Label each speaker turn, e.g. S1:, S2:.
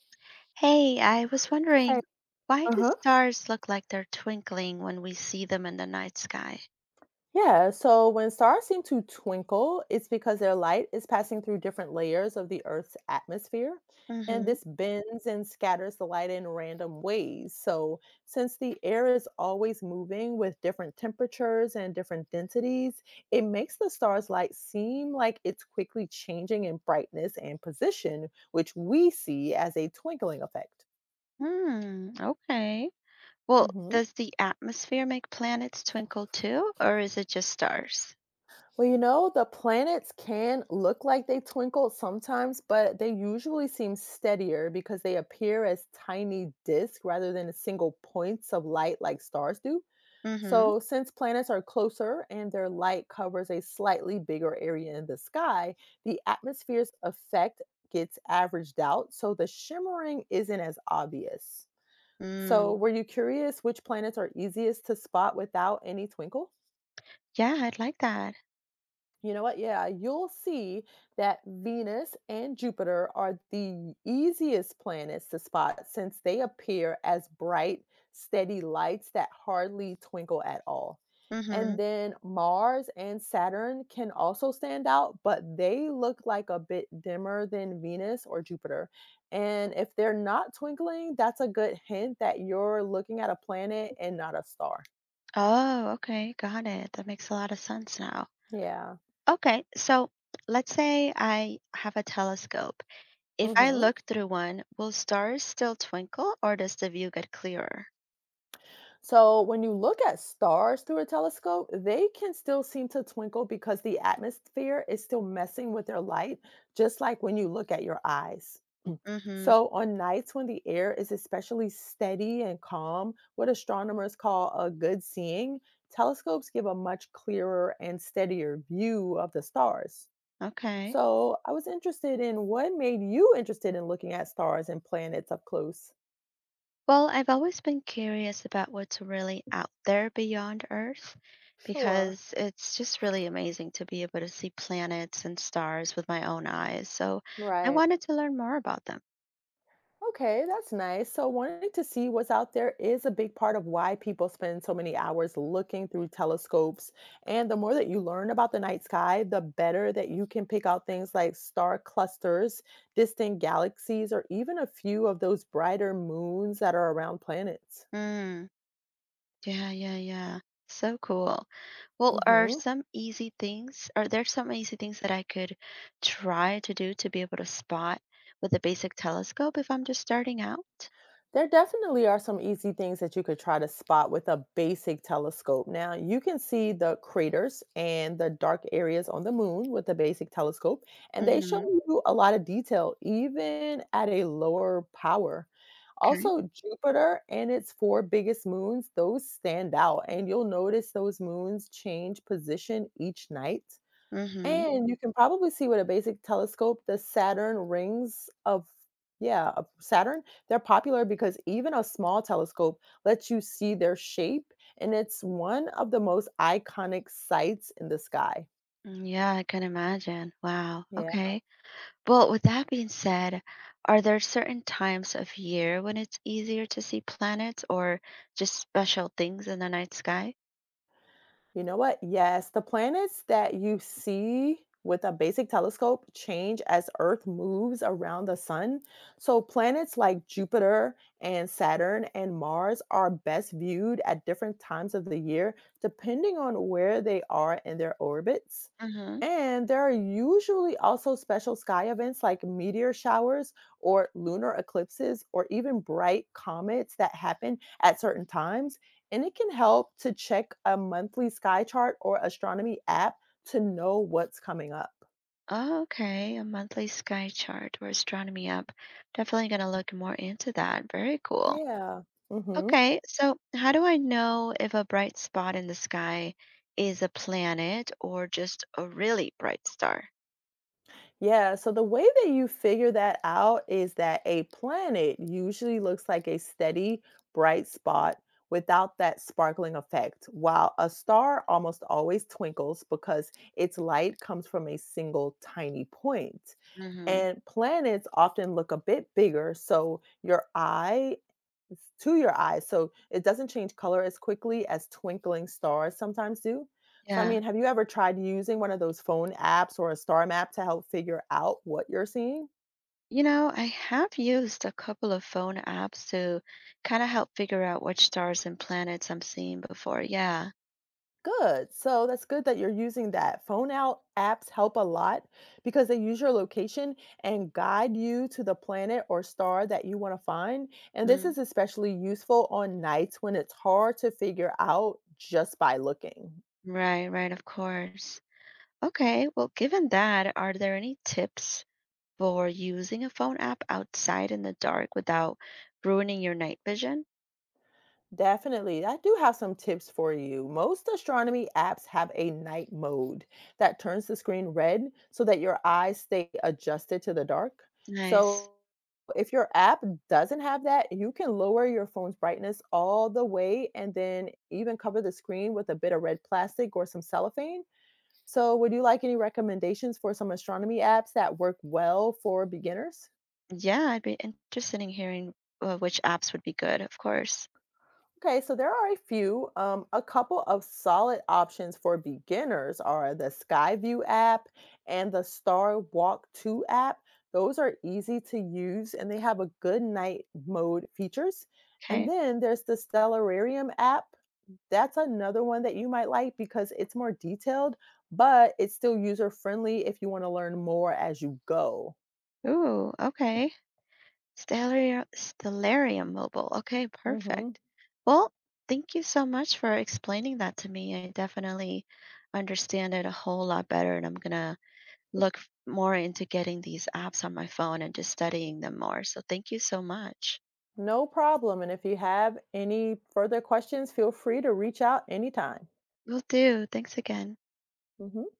S1: Hey, I was
S2: Okay.
S1: wondering, why do
S2: Uh-huh.
S1: stars look like they're twinkling when we see them in the night sky?
S2: Yeah, so when stars seem to twinkle, it's because their light is passing through different layers of the Earth's atmosphere, and
S1: Mm-hmm.
S2: this bends and scatters the light in random ways. So, since the air is always moving with different temperatures and different densities, it makes the star's light seem like it's quickly changing in brightness and position, which we see as a twinkling effect.
S1: Hmm, okay. Well,
S2: Mhm.
S1: does the atmosphere make planets twinkle too, or is it just stars?
S2: Well, you know, the planets can look like they twinkle sometimes, but they usually seem steadier because they appear as tiny disks rather than single points of light like stars do.
S1: Mm-hmm.
S2: So, since planets are closer and their light covers a slightly bigger area in the sky, the atmosphere's effect gets averaged out, so the shimmering isn't as obvious. So,
S1: Mm.
S2: were you curious which planets are easiest to spot without any twinkle?
S1: Yeah, I'd like that.
S2: You know what? Yeah, you'll see that Venus and Jupiter are the easiest planets to spot since they appear as bright, steady lights that hardly twinkle at all. And
S1: Mm-hmm.
S2: then Mars and Saturn can also stand out, but they look like a bit dimmer than Venus or Jupiter. And if they're not twinkling, that's a good hint that you're looking at a planet and not a star.
S1: Oh, okay, got it. That makes a lot of sense now.
S2: Yeah.
S1: Okay, so let's say I have a telescope. If I
S2: hmm
S1: look through one, will stars still twinkle, or does the view get clearer?
S2: So, when you look at stars through a telescope, they can still seem to twinkle because the atmosphere is still messing with their light, just like when you look at your eyes. Mm.
S1: Mm-hmm.
S2: So, on nights when the air is especially steady and calm, what astronomers call a good seeing, telescopes give a much clearer and steadier view of the stars.
S1: Okay.
S2: So, I was interested in what made you interested in looking at stars and planets up close.
S1: Well, I've always been curious about what's really out there beyond Earth,
S2: Sure.
S1: because it's just really amazing to be able to see planets and stars with my own eyes. So I
S2: Right.
S1: wanted to learn more about them.
S2: Okay, that's nice. So, wanting to see what's out there is a big part of why people spend so many hours looking through telescopes. And the more that you learn about the night sky, the better that you can pick out things like star clusters, distant galaxies, or even a few of those brighter moons that are around planets.
S1: Mm, yeah, yeah, yeah. So cool. Well,
S2: hmm
S1: are there some easy things that I could try to do to be able to spot with a basic telescope if I'm just starting out?
S2: There definitely are some easy things that you could try to spot with a basic telescope. Now, you can see the craters and the dark areas on the moon with a basic telescope, and they show
S1: Mm-hmm.
S2: you a lot of detail, even at a lower power.
S1: Okay.
S2: Also, Jupiter and its four biggest moons, those stand out, and you'll notice those moons change position each night.
S1: Mm-hmm.
S2: And you can probably see with a basic telescope the Saturn rings of yeah, of Saturn. They're popular because even a small telescope lets you see their shape, and it's one of the most iconic sights in the sky.
S1: Mm, yeah, I can imagine. Wow.
S2: Yeah.
S1: Okay. Well, with that being said, are there certain times of year when it's easier to see planets or just special things in the night sky?
S2: You know what? Yes, the planets that you see with a basic telescope change as Earth moves around the sun. So, planets like Jupiter and Saturn and Mars are best viewed at different times of the year, depending on where they are in their orbits.
S1: Mm-hmm.
S2: And there are usually also special sky events like meteor showers or lunar eclipses or even bright comets that happen at certain times. And it can help to check a monthly sky chart or astronomy app to know what's coming up.
S1: Oh, okay. A monthly sky chart or astronomy app. Definitely going to look more into that. Very cool.
S2: Yeah. hmm
S1: Okay, so how do I know if a bright spot in the sky is a planet or just a really bright star?
S2: Yeah, so the way that you figure that out is that a planet usually looks like a steady, bright spot without that sparkling effect, while a star almost always twinkles because its light comes from a single tiny point.
S1: Mm-hmm.
S2: And planets often look a bit bigger, so your eye to your eyes, so it doesn't change color as quickly as twinkling stars sometimes do. So, I
S1: Yeah.
S2: mean, have you ever tried using one of those phone apps or a star map to help figure out what you're seeing?
S1: You know, I have used a couple of phone apps to kind of help figure out which stars and planets I'm seeing before. Yeah.
S2: Good. So that's good that you're using that. Phone out apps help a lot because they use your location and guide you to the planet or star that you want to find. And this
S1: Mm.
S2: is especially useful on nights when it's hard to figure out just by looking.
S1: Right, right, of course. Okay, well, given that, are there any tips for using a phone app outside in the dark without ruining your night vision?
S2: Definitely. I do have some tips for you. Most astronomy apps have a night mode that turns the screen red so that your eyes stay adjusted to the dark.
S1: Nice.
S2: So, if your app doesn't have that, you can lower your phone's brightness all the way and then even cover the screen with a bit of red plastic or some cellophane. So, would you like any recommendations for some astronomy apps that work well for beginners?
S1: Yeah, I'd be interested in hearing which apps would be good, of course.
S2: Okay, so there are a few. A couple of solid options for beginners are the Skyview app and the Star Walk 2 app. Those are easy to use and they have a good night mode features. And
S1: Okay.
S2: then there's the Stellarium app. That's another one that you might like because it's more detailed, but it's still user friendly if you want to learn more as you go.
S1: Ooh, okay. Stellarium, Stellarium Mobile. Okay,
S2: hmm
S1: perfect. Well, thank you so much for explaining that to me. I definitely understand it a whole lot better, and I'm going to more into getting these apps on my phone and just studying them more. So thank you so much.
S2: No problem. And if you have any further questions, feel free to reach out anytime.
S1: Will do. Thanks again.
S2: Mhm.